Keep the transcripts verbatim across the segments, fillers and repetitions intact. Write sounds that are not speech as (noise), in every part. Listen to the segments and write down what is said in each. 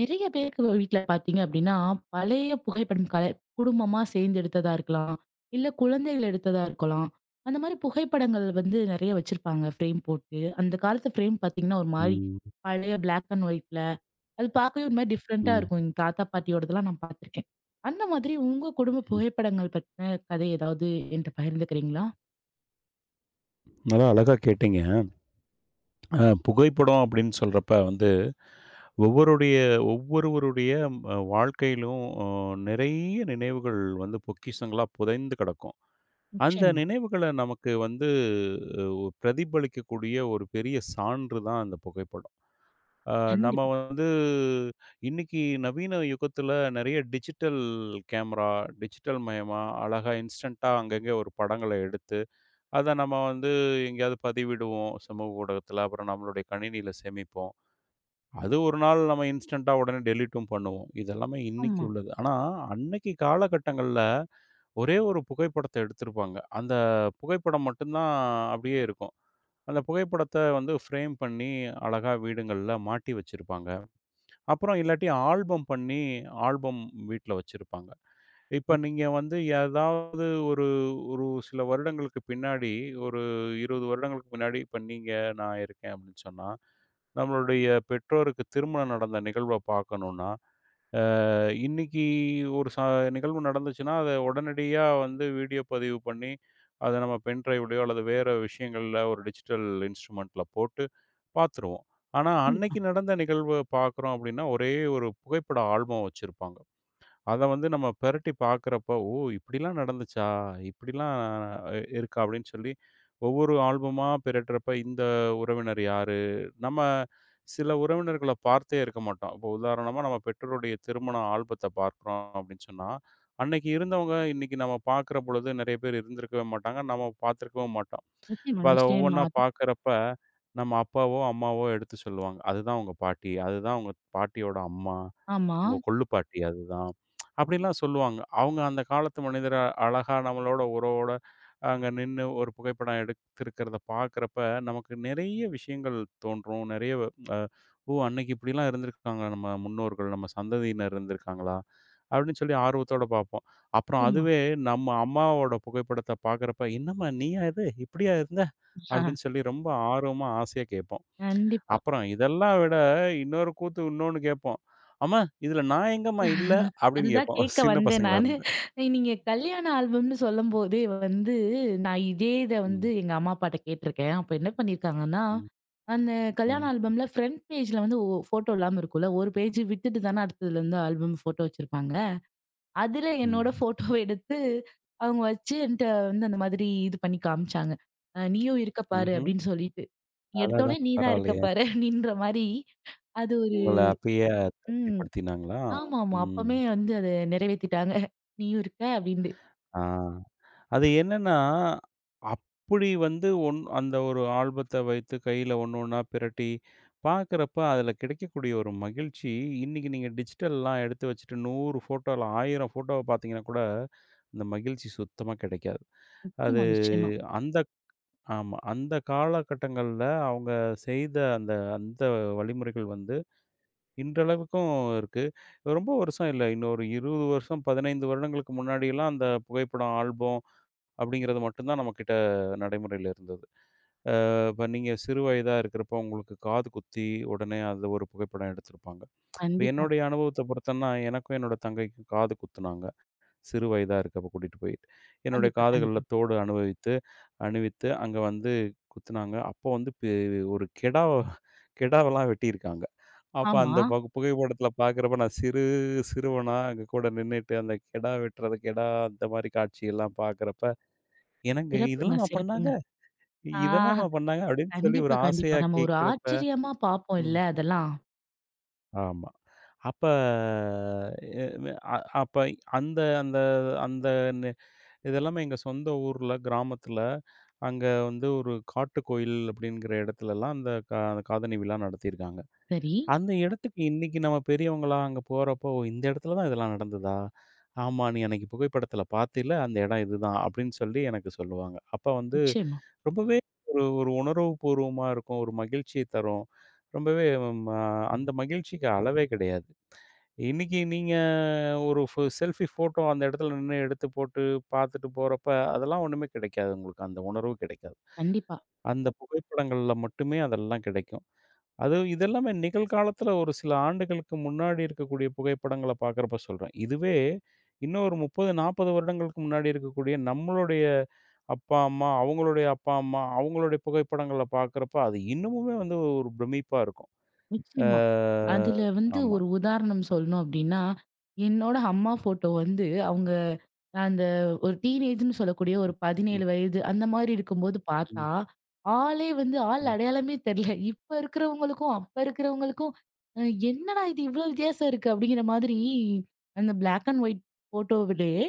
நிறைய பேருக்கு வீட்ல பார்த்தீங்க அப்டின்னா, பழைய புகைப்படம் கலை குடும்பமா சேர்ந்து எடுத்ததா இருக்கலாம். இல்ல குழந்தைகள் எடுத்ததா இருக்கலாம். அந்த மாரி புகைப்படங்கள் வந்து நெறைய வச்சிருப்பாங்க ஃப்ரேம் போட்டு. அந்த காலத்து ஃப்ரேம் பார்த்தீங்கன்னா, ஒரு மாரி ம், பழைய பிளாக் அண்ட் ஒயிட்ல. அது பார்க்கவே ஒரு மாரி டிஃப்ரெண்ட்டா ம். இருக்கும். எங்க தாத்தா பாட்டியோடதெல்லாம் நான் பார்த்துருக்கேன். அந்த மாதிரி உங்க குடும்ப புகைப்படங்கள் பத்தின கதை ஏதாவது என்ட்ட பகிர்ந்துக்கிறீங்களா? நல்லா அழகா கேட்டீங்க. அ புகைப்படம் அப்படின்னு சொல்றப்ப வந்து ஒவ்வொருடைய ஒவ்வொருவருடைய அ வாழ்க்கையிலும் அ நிறைய நினைவுகள் வந்து பொக்கிஷங்களா புதைந்து கிடக்கும். அந்த நிச்சயமா. நினைவுகள நமக்கு வந்து அ பிரதிபலிக்கக்கூடிய ஒரு பெரிய சான்று தான் அந்த புகைப்படம். அ நம்ம கண்டிப்பா. வந்து இன்னைக்கு நவீன யுகத்துல நிறைய டிஜிட்டல் கேமரா, டிஜிட்டல் மயமா அழகா இன்ஸ்டன்ட்டா அங்கங்கே ஒரு படங்கள எடுத்து அத நம்ம வந்து எங்கேயாவது பதிவிடுவோம் சமூக ஊடகத்துல. அப்புறம் நம்மளுடைய கணினியில சேமிப்போம். அது ஒரு நாள் நம்ம இன்ஸ்டன்ட்டா உடனே டெலீட்டும் பண்ணுவோம். இதெல்லாமே இன்னைக்கு ஆமா. உள்ளது. ஆனா, அன்னைக்கு காலகட்டங்கள்ல ஒரே ஒரு புகைப்படத்த எடுத்திருப்பாங்க. அந்த புகைப்படம் மட்டும் தான் அப்படியே இருக்கும். அந்த புகைப்படத்த வந்து ஃப்ரேம் பண்ணி அழகா வீடுங்கள்ல மாட்டி வச்சிருப்பாங்க. அப்புறம் இல்லாட்டி ஆல்பம் பண்ணி ஆல்பம் வீட்ல வச்சிருப்பாங்க. இப்ப நீங்க வந்து ஏதாவது ஒரு ஒரு சில வருடங்களுக்கு பின்னாடி, ஒரு இருபது வருடங்களுக்கு முன்னாடி, இப்ப நீங்க, நான் இருக்கேன் அப்படின்னு சொன்னா, நம்மளுடைய பெற்றோருக்கு திருமணம் நடந்த நிகழ்வ பார்க்கணும்னா, அ இன்னைக்கு ஒரு ச நிகழ்வு நடந்துச்சுன்னா, அத உடனடியா வந்து வீடியோ பதிவு பண்ணி, அத நம்ம பென் டிரைவ்லயோ அல்லது வேற விஷயங்கள்ல ஒரு டிஜிட்டல் இன்ஸ்ட்ருமென்ட்ல போட்டு பார்த்துருவோம். ஆனா, கண்டிப்பா. அன்னைக்கு நடந்த நிகழ்வ பார்க்குறோம் அப்படின்னா, ஒரே ஒரு புகைப்பட ஆல்பம் வச்சிருப்பாங்க. அத வந்து நம்ம பெரட்டி பார்க்குறப்போ, "ஓ! இப்படிலாம் நடந்துச்சா? இப்படிலாம் அ இருக்கா?" அப்படின்னு சொல்லி ஒவ்வொரு ஆல்பமா பெரட்டுறப்ப, இந்த உறவினர் யாரு? நம்ம சில உறவினர்கள பார்த்தே இருக்க மாட்டோம். இப்போ உதாரணமா நம்ம பெற்றோருடைய திருமண ஆல்பத்த பார்க்குறோம் அப்படின்னு சொன்னா, அன்னைக்கு இருந்தவங்க இன்னைக்கு நம்ம பார்க்குற பொழுது நெறைய பேர் இருந்திருக்கவே மாட்டாங்க. நம்ம பார்த்துருக்கவும் மாட்டோம். நிச்சயமா, அப்ப அத நிச்சயமா. ஒவ்வொன்னா அது பார்க்குறப்ப, நம்ம அப்பாவோ, அம்மாவோ எடுத்து சொல்லுவாங்க. "அதுதான் உங்க பாட்டி. அதுதான் உங்க பாட்டியோட அம்மா." ஆமா. உங்க கொள்ளு பாட்டி அதுதான். அப்படிலாம் சொல்லுவாங்க. அவங்க அந்த காலத்து மனிதர் அ- அழகா நம்மளோட உறவோட அங்க நின்னு ஒரு புகைப்படம் எடுத்திருக்கிறத பார்க்கிறப்ப, நமக்கு நெறைய விஷயங்கள் தோன்றும். நெறைய அ ஓ! அன்னைக்கு இப்படிலாம் இருந்திருக்காங்க நம்ம முன்னோர்கள், நம்ம சந்ததியினர் இருந்திருக்காங்களா? அப்படின்னு சொல்லி ஆர்வத்தோட பார்ப்போம். அப்புறம் நிச்சயமா. அதுவே நம்ம அம்மாவோட புகைப்படத்த பார்க்கிறப்ப, "என்னம்மா நீயா இது? இப்படியா இருந்த?" ஆஹ், அப்படின்னு சொல்லி ரொம்ப ஆர்வமா, ஆசையா கேட்போம். கண்டிப்பா. அப்புறம் இதெல்லாம் விட இன்னொரு கூத்து இன்னொன்னு கேட்போம். "அம்மா இதுல நான் எங்கம்மா இல்ல?" அப்படின்னு அதுதான் கேட்போம். (laughs) கேட்க சின்ன வந்தேன் பசங்களா நானு. இருந்து. நீங்க கல்யாண ஆல்பம்ன்னு சொல்லும்போதே வந்து, நான் இதே இத வந்து ம், எங்க அம்மா அப்பாட்ட கேட்டுருக்கேன். அப்ப என்ன பண்ணியிருக்காங்கன்னா, ம், அந்த கல்யாண ம், ஆல்பம்ல ஃப்ரண்ட் பேஜ்ல வந்து ஒ ஃபோட்டோ இல்லாம இருக்கும்ல. ஒரு பேஜ் விட்டுட்டு தானே அடுத்ததுலருந்து ஆல்பம் ஃபோட்டோ வச்சிருப்பாங்க. அதுல என்னோட ம். ஃபோட்டோவ (laughs) எடுத்து அவங்க வச்சு என்ட்ட வந்து அந்த மாதிரி இது பண்ணி காமிச்சாங்க. அ "நீயும் இருக்க பாரு" ம்ஹ்ம். அப்படின்னு சொல்லிட்டு. அடடா! எடுத்தோனே "நீ தான் இருக்க பரவாயில்லையே! பாரு" அப்படின்ற மாரி அது ஒரு உங்கள அப்பயே ம். திருப்திப்படுத்தினாங்களா? ஆமாமா. ம். அப்பமே வந்து அத நிறைவேத்திட்டாங்க. நீயும் இருக்க அப்டின்ட்டு. ஆ. அது என்னன்னா, அப்படி வந்து ஒன் அந்த ஒரு ஆல்பத்த வைத்து கையில ஒண்ணு ஒண்ணா பிரட்டி பார்க்குறப்ப அதுல கிடைக்கக்கூடிய ஒரு மகிழ்ச்சி, இன்னைக்கு நீங்க டிஜிட்டல்லாம் எடுத்து வச்சுட்டு நூறு ஃபோட்டோல ஆயிரம் ஃபோட்டோவ பார்த்தீங்கன்னா கூட, அந்த மகிழ்ச்சி சுத்தமா கிடைக்காது. அது நிச்சயமா, நிச்சயமா. அந்த ஆமா. அந்த காலகட்டங்கள்ல அவங்க செய்த அந்த அந்த வழிமுறைகள் வந்து இன்றளவுக்கும் இருக்கு. ரொம்ப வருஷம் இல்ல. இன்னொரு இருபது வருஷம், பதினைந்து வருடங்களுக்கு முன்னாடிலாம் அந்த புகைப்படம் ஆல்பம் அப்படிங்கிறது மட்டும் தான் நம்மகிட்ட நடைமுறையில இருந்தது. இப்ப நீங்க சிறு வயதா இருக்கிறப்போ உங்களுக்கு காது குத்தி உடனே அதில ஒரு புகைப்படம் எடுத்திருப்பாங்க. இப்ப கண்டிப்பா, என்னுடைய அனுபவத்த பொறுத்தன்னா எனக்கும் என்னோட தங்கைக்கும் காது குத்துனாங்க. சிறு வயதா இருக்கப்ப கூட்டிட்டு போயிட்டு, என்னுடைய கண்டிப்பா, காதுகள்ல கண்டிப்பா. தோடு அனுபவித்து அணிவித்து, அங்க வந்து குத்துனாங்க. அப்போ வந்து பெ ஒரு கெடாவ கெடாவெல்லாம் வெட்டியிருக்காங்க. அப்ப ஆமா. அந்த ப புகைப்படத்துல பார்க்குறப்ப நான் சிறு சிறுவனா அங்க கூட நின்னுட்டு அந்த கெடா வெட்டுறது, கெடா அந்த மாரி காட்சியெல்லாம் பார்க்குறப்ப, "என்னங்க சிறப்புங்க, இதெல்லாமா சிறப்புங்க. பண்ணாங்க? ஆ. இதெல்லாமா பண்ணாங்க?" அப்படின்னு சொல்லி ஒரு கண்டிப்பா, கண்டிப்பா. ஆசையா நம்ம ஒரு கேட்கிறப்ப ஆச்சரியமா பார்ப்போம் ம். இல்ல அதெல்லாம். ஆமா. அப்ப எ அ அப்ப அந்த அந்த அந்த இது எல்லாமே எங்க சொந்த ஊர்ல, கிராமத்துல. அங்க வந்து ஒரு காட்டுக்கோயில் அப்படிங்கிற இடத்துலலாம் அந்த கா அந்த காதணி விழா நடத்தியிருக்காங்க. சரி. அந்த இடத்துக்கு இன்னைக்கு நம்ம பெரியவங்களா அங்க போறப்போ, "ஓ! இந்த இடத்துல தான் இதெல்லாம் நடந்ததா? ஆமா, நீ அன்னைக்கு புகைப்படத்துல பார்த்தீல்ல, அந்த இடம் இதுதான்." அப்படின்னு சொல்லி எனக்கு சொல்லுவாங்க. அப்ப வந்து நிச்சயமா. ரொம்பவே ஒரு ஒரு உணர்வு பூர்வமா இருக்கும். ஒரு மகிழ்ச்சிய தரும். ரொம்பவே ம அந்த மகிழ்ச்சிக்கு அளவே கிடையாது. இன்னைக்கு நீங்க ஒரு ஃபோ செல்ஃபி ஃபோட்டோ அந்த இடத்துல நின்னு எடுத்து போட்டு பார்த்துட்டு போறப்ப, அதெல்லாம் ஒண்ணுமே கிடைக்காது உங்களுக்கு. அந்த உணர்வு கிடைக்காது. கண்டிப்பா. அந்த புகைப்படங்கள்ல மட்டுமே அதெல்லாம் கிடைக்கும். அதுவும் இதெல்லாமே நிகழ்காலத்துல ஒரு சில ஆண்டுகளுக்கு முன்னாடி இருக்கக்கூடிய புகைப்படங்கள பார்க்குறப்ப சொல்றேன். இதுவே இன்னும் ஒரு முப்பது, நாற்பது வருடங்களுக்கு முன்னாடி இருக்கக்கூடிய நம்மளுடைய அப்பா, அம்மா, அவங்களுடைய அப்பா, அம்மா, அவங்களுடைய புகைப்படங்கள பார்க்குறப்ப, அது இன்னமுமே வந்து ஒரு பிரமிப்பா இருக்கும். ஆ நிச்சயமா. அதுல வந்து ஆமா. ஒரு உதாரணம் சொல்லணும் அப்டின்னா, என்னோட அம்மா ஃபோட்டோ வந்து அவங்க அந்த ஒரு டீனேஜ்ன்னு சொல்லக்கூடிய ஒரு ம், பதினேழு வயது அந்த மாரி இருக்கும்போது ம், பார்த்தா, ஆளே வந்து ஆள் ம். அடையாளமே தெரியல. இப்ப இருக்கிறவங்களுக்கும், அப்ப இருக்கிறவங்களுக்கும் அ என்னடா இது இவ்ளோ வித்தியாசம் இருக்கு அப்டிங்கிற மாதிரி அந்த பிளாக் அண்ட் ஒயிட் ஃபோட்டோவிலயே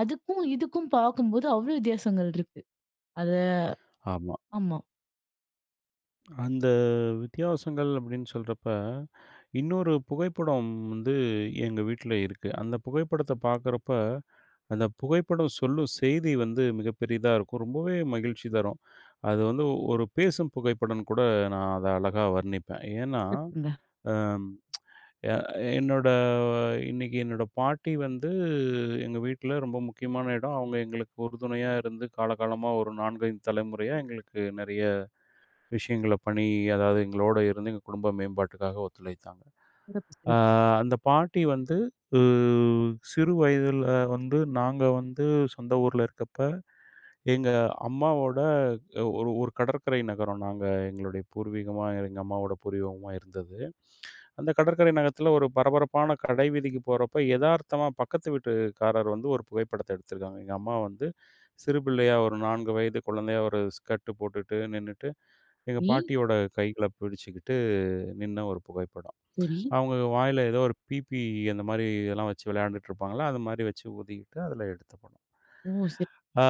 அதுக்கும், இதுக்கும் பார்க்கும்போது அவ்ளோ வித்தியாசங்கள் இருக்கு. அத ஆமா. ஆமா. அந்த வித்தியாசங்கள் அப்படின்னு சொல்றப்ப, இன்னொரு புகைப்படம் வந்து எங்க வீட்ல இருக்கு. அந்த புகைப்படத்த பார்க்குறப்ப, அந்த புகைப்படம் சொல்லும் செய்தி வந்து மிகப்பெரியதா இருக்கும். ரொம்பவே மகிழ்ச்சி தரும். அது வந்து ஒரு பேசும் புகைப்படம்னு கூட நான் அத அழகா வர்ணிப்பேன். ஏன்னா, சிறப்புங்க. அம் எ என்னோட இன்னைக்கு என்னோட பாட்டி வந்து எங்க வீட்ல ரொம்ப முக்கியமான இடம். அவங்க எங்களுக்கு உறுதுணையா இருந்து காலகாலமா ஒரு நான்கு, ஐந்து தலைமுறையா எங்களுக்கு நெறைய விஷயங்கள பண்ணி அதாவது எங்களோட இருந்து எங்க குடும்ப மேம்பாட்டுக்காக ஒத்துழைத்தாங்க. சிறப்பு, அ சிறப்பு. அந்த பாட்டி வந்து உ சிறு வயதில வந்து நாங்க வந்து சொந்த ஊர்ல இருக்கப்ப, எங்க அம்மாவோட அ ஒரு ஒரு கடற்கரை நகரம் நாங்க எங்களுடைய பூர்வீகமா எங்க அம்மாவோட பூர்வீகமா இருந்தது. அந்த கடற்கரை நகரத்தில ஒரு பரபரப்பான கடை வீதிக்கு போறப்ப, எதார்த்தமா பக்கத்து வீட்டுக்காரர் வந்து ஒரு புகைப்படத்த எடுத்திருக்காங்க. எங்க அம்மா வந்து சிறு பிள்ளையா ஒரு நான்கு வயது குழந்தையா ஒரு ஸ்கர்ட் போட்டுட்டு நின்னுட்டு, எங்க சரி, பாட்டியோட கைகள பிடிச்சுக்கிட்டு நின்ன ஒரு புகைப்படம். சரி. அவங்க வாயில ஏதோ ஒரு பீப்பி அந்த மாரி இதெல்லாம் வச்சு விளையாண்டுட்டு இருப்பாங்கல்ல, அது மாரி வச்சு ஊதிக்கிட்டு அதில எடுத்த படம். ஓ! சரி, ஆ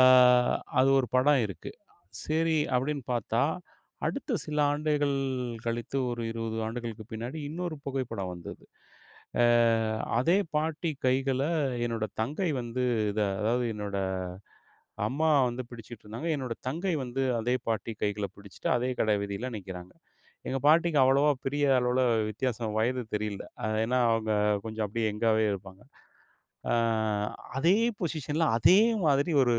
அது ஒரு படம் இருக்கு. சரி அப்படின்னு பார்த்தா, அடுத்த சில ஆண்டுகள் கழித்து ஒரு இருபது ஆண்டுகளுக்கு பின்னாடி இன்னொரு புகைப்படம் வந்தது. அ அதே பாட்டி கைகள என்னோட தங்கை வந்து இத அதாவது என்னோட அம்மா வந்து பிடிச்சுட்டு இருந்தாங்க. என்னோட தங்கை வந்து அதே பாட்டி கைகள பிடிச்சுட்டு அதே கடை வீதியில நிக்கிறாங்க. எங்க பாட்டிக்கு அவ்வளவா பெரிய அளவுல வித்தியாசம் வயது தெரியல. அ ஏன்னா அவங்க கொஞ்சம் அப்படியே யங்காவே இருப்பாங்க. அ அதே பொசிஷன்ல அதே மாதிரி ஒரு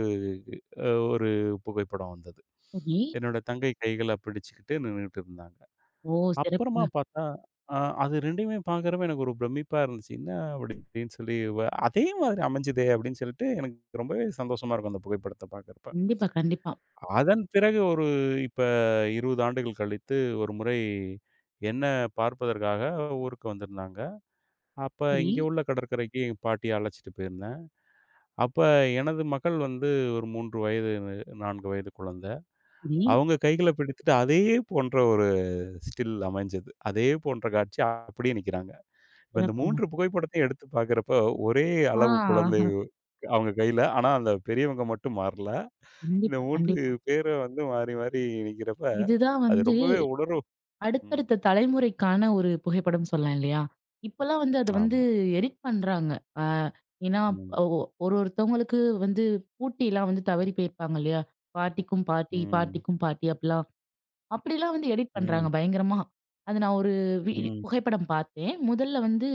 அ ஒரு புகைப்படம் வந்தது. சரி. என்னோட தங்கை கைகள பிடிச்சுக்கிட்டு நின்னுட்டு இருந்தாங்க. ஓ! அப்புறமா சிறப்புங்க. பார்த்தா, அ அது ரெண்டுமே பார்க்கிறப்ப எனக்கு ஒரு பிரமிப்பா இருந்துச்சு. "என்ன அப்படி இப்படின்னு சொல்லி, வ அதே மாதிரி அமைஞ்சுதே!" அப்படின்னு சொல்லிட்டு எனக்கு ரொம்பவே சந்தோஷமா இருக்கும் அந்த புகைப்படத்த பார்க்கிறப்ப. கண்டிப்பா, கண்டிப்பா. அதன் பிறகு ஒரு இப்ப இருபது ஆண்டுகள் கழித்து ஒரு முறை என்ன பார்ப்பதற்காக ஊருக்கு வந்திருந்தாங்க. அப்ப சரி, இங்க உள்ள கடற்கரைக்கு எங்க பாட்டிய அழைச்சிட்டு போயிருந்தேன். அப்ப எனது மகள் வந்து ஒரு மூன்று வயது நான்கு வயது குழந்தை. சரி. அவங்க கைகள பிடித்துட்டு அதே போன்ற ஒரு ஸ்டில் அமைஞ்சது. அதே போன்ற காட்சி அப்படியே நிக்கிறாங்க. இப்ப இந்த சிறப்புங்க. மூன்று புகைப்படத்தையும் எடுத்து பார்க்கிறப்ப ஒரே அளவு குழந்தை ஆ அவங்க கையில. ஆனா அந்த பெரியவங்க மட்டும் மாறல. இந்த கண்டிப்பா, மூன்று கண்டிப்பா. பேரும் வந்து மாறி மாறி நிக்கிறப்ப இதுதான் அது வந்து ரொம்பவே உணர்வு ம். அடுத்தடுத்த தலைமுறைக்கான ஒரு புகைப்படம் சொல்லலாம் இல்லையா? இப்பலாம் வந்து அத வந்து ஆமா. எடிட் பண்றாங்க. அ ஏன்னா ம். ஒ ஒரு ஒருத்தவங்களுக்கு வந்து பூட்டிலாம் வந்து தவறி போயிருப்பாங்க இல்லையா? பாட்டிக்கும் பாட்டி, ம். பாட்டிக்கும் பாட்டி அப்டிலாம் அப்படிலாம் வந்து எடிட் பண்றாங்க ம். பயங்கரமா. அது நான் ஒரு வி ம். புகைப்படம் பார்த்தேன். முதல்ல வந்து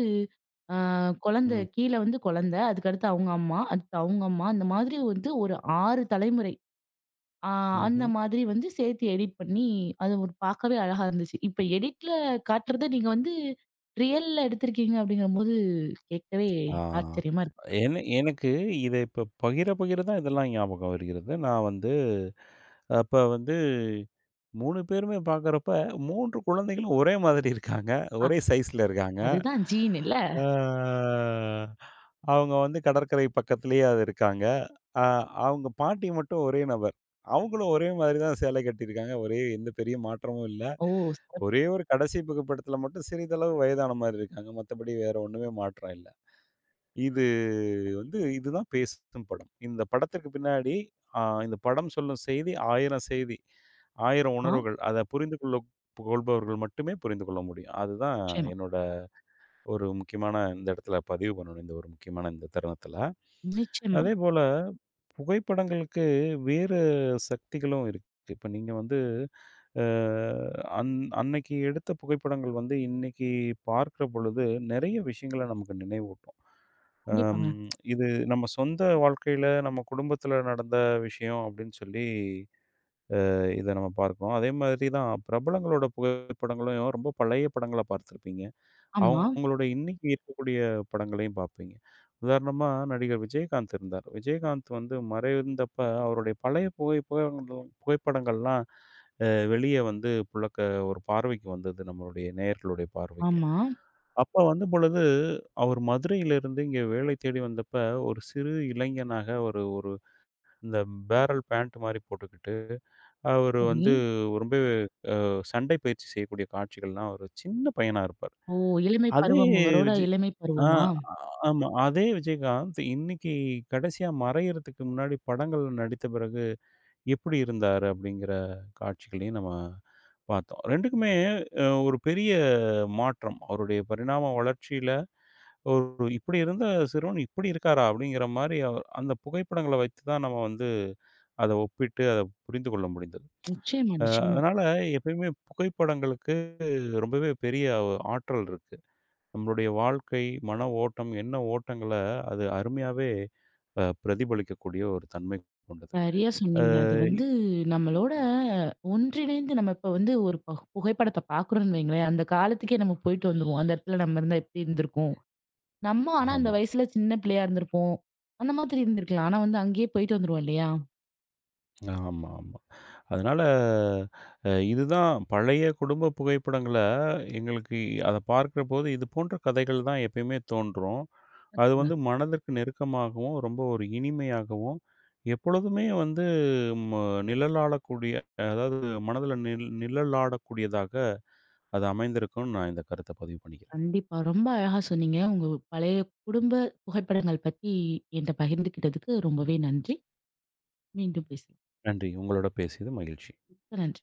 அ குழந்தை ம். கீழ வந்து குழந்தை, அதுக்கடுத்து அவங்க அம்மா, அடுத்து அவங்க அம்மா, அந்த மாதிரி வந்து ஒரு ஆறு தலைமுறை. ஆ அந்த ம்ஹ்ம். மாதிரி வந்து சேர்த்து எடிட் பண்ணி, அது ஒரு பார்க்கவே அழகா இருந்துச்சு. இப்ப எடிட்ல காட்டுறத நீங்க வந்து ரியல்ல எடுத்திருக்கீங்க அப்படிங்கும்போது கேட்கவே ஆ. ஆச்சரியமா இருக்கு. என எனக்கு இத இப்ப பகிர பகிர தான் இதெல்லாம் ஞாபகம் வருகிறது. நான் வந்து அப்ப வந்து மூன்று பேருமே பார்க்குறப்ப மூன்று குழந்தைகளும் ஒரே மாதிரி இருக்காங்க. ஆ ஒரே சைஸ்ல இருக்காங்க. அதுதான் ஜீன் இல்ல? ஆ அவங்க வந்து கடற்கரை பக்கத்திலேயே அது இருக்காங்க. அ அவங்க பாட்டி மட்டும் ஒரே நபர். அவங்களும் ஒரே மாதிரி தான் சேலை கட்டியிருக்காங்க. ஒரே எந்த பெரிய மாற்றமும் இல்ல. ஓ! ஒரே சிறப்புமா. ஒரு கடைசி புகைப்படத்தில மட்டும் சிறிதளவு வயதான மாரி இருக்காங்க. மத்தபடி வேற ஒண்ணுமே மாற்றம் இல்ல. இது வந்து இதுதான் பேசும் படம். இந்த படத்திற்கு பின்னாடி அ இந்த படம் சொல்லும் செய்தி ஆயிரம் செய்தி, ஆயிரம் உணர்வுகள். அத புரிந்து கொள்ள கொள்பவர்கள் மட்டுமே புரிந்து கொள்ள முடியும். அதுதான் நிச்சயமா, என்னோட ஒரு முக்கியமான இந்த இடத்துல பதிவு பண்ணணும். இந்த ஒரு முக்கியமான இந்த தருணத்தில. நிச்சயமா. அதேபோல புகைப்படங்களுக்கு வேறு சக்திகளும் இருக்கு. இப்ப நீங்க வந்து அ அன் அன்னைக்கு எடுத்த புகைப்படங்கள் வந்து இன்னைக்கு பார்க்கிற பொழுது, நெறைய விஷயங்கள நமக்கு நினைவூட்டும். அம் கண்டிப்பாங்க. இது நம்ம சொந்த வாழ்க்கையில, நம்ம குடும்பத்தில நடந்த விஷயம் அப்படின்னு சொல்லி, அ இத நம்ம பார்க்கிறோம். அதே மாதிரி தான் பிரபலங்களோட புகைப்படங்களையும் ரொம்ப பழைய படங்கள பார்த்திருப்பீங்க. ஆமா, அவங்களோட இன்னைக்கு இருக்கக்கூடிய படங்களையும் பார்ப்பீங்க. உதாரணமா நடிகர் விஜயகாந்த் இருந்தார். விஜயகாந்த் வந்து மறைந்தப்ப அவருடைய பழைய புகை புகைப்படங்கள் புகைப்படங்கள்லாம் அ வெளிய வந்து புழக்க ஒரு பார்வைக்கு வந்தது நம்மளுடைய நேயர்களுடைய பார்வைக்கு. ஆமா. அப்ப வந்தபொழுது, அவர் மதுரையிலிருந்து இங்கே வேலை தேடி வந்தப்ப, ஒரு சிறு இளைஞனாக ஒரு ஒரு இந்த பேரல் பேண்ட் மாரி போட்டுக்கிட்டு, அவரு சரி. வந்து ரொம்ப சண்டை பயிற்சி செய்யக்கூடிய காட்சிகள்லாம் ஒரு சின்ன பையனா இருப்பார். ஓ! இளமை அதே பருவம் அவரோட விஜய் இளமை ஆ பருவமா? ஆ- ஆமா. அதே விஜயகாந்த் இன்னைக்கு கடைசியா மறையறதுக்கு முன்னாடி படங்கள்ல நடித்த பிறகு எப்படி இருந்தாரு? அப்படிங்கிற காட்சிகளையும் நம்ம பார்த்தோம். ரெண்டுக்குமே அ ஒரு பெரிய மாற்றம். அவருடைய பரிணாம வளர்ச்சியில, ஒரு இப்படி இருந்த சிறுவன் இப்படி இருக்காரா? அப்படிங்கிற மாரி அவ அந்த புகைப்படங்கள வைத்து தான் நம்ம வந்து அத ஒப்பிட்டு அத புரிந்து கொள்ள முடிந்தது. நிச்சயமா, அ நிச்சயமா. அதனால எப்பயுமே புகைப்படங்களுக்கு ரொம்பவே பெரிய ஒரு ஆற்றல் இருக்கு. நம்மளுடைய வாழ்க்கை, மன ஓட்டம், என்ன ஓட்டங்கள அது அருமையாவே அ பிரதிபலிக்கக்கூடிய ஒரு தன்மை கொண்டது. சரியா சொன்னீங்க. அது வந்து நம்மளோட ஒன்றிணைந்து நம்ம இப்ப வந்து ஒரு ப புகைப்படத்த பார்க்குறோம்ன்னு வைங்களேன், அந்த காலத்துக்கே நம்ம போயிட்டு வந்துருவோம். அந்த இடத்துல நம்ம இருந்தா எப்படி இருந்திருக்கும்? நம்ம ஆனா அந்த ஆமா, வயசுல சின்ன பிள்ளையா இருந்திருப்போம். அந்த மாதிரி இருந்திருக்கலாம். ஆனா வந்து அங்கேயே போயிட்டு வந்துருவோம் இல்லையா? ஆமா, ஆமா. அதனால, அ இதுதான் பழைய குடும்ப புகைப்படங்கள எங்களுக்கு அத பார்க்கிறபோது, இது போன்ற கதைகள் தான் எப்பயுமே தோன்றும். அது ங்க. வந்து மனதிற்கு நெருக்கமாகவும், ரொம்ப ஒரு இனிமையாகவும், எப்பொழுதுமே வந்து ம நிழலாடக்கூடிய அதாவது மனதில நிழ் நிழலாடக்கூடியதாக அது அமைந்திருக்கும்னு நான் இந்த கருத்த பதிவு பண்ணிக்கிறேன். கண்டிப்பா. ரொம்ப அழகா சொன்னீங்க. உங்க பழைய குடும்ப புகைப்படங்கள் பத்தி என்ட்ட பகிர்ந்துக்கிட்டதுக்கு ரொம்பவே நன்றி. மீண்டும் பேசலாம். நன்றி. உங்களோட பேசியது மகிழ்ச்சி. மிக்க நன்றி.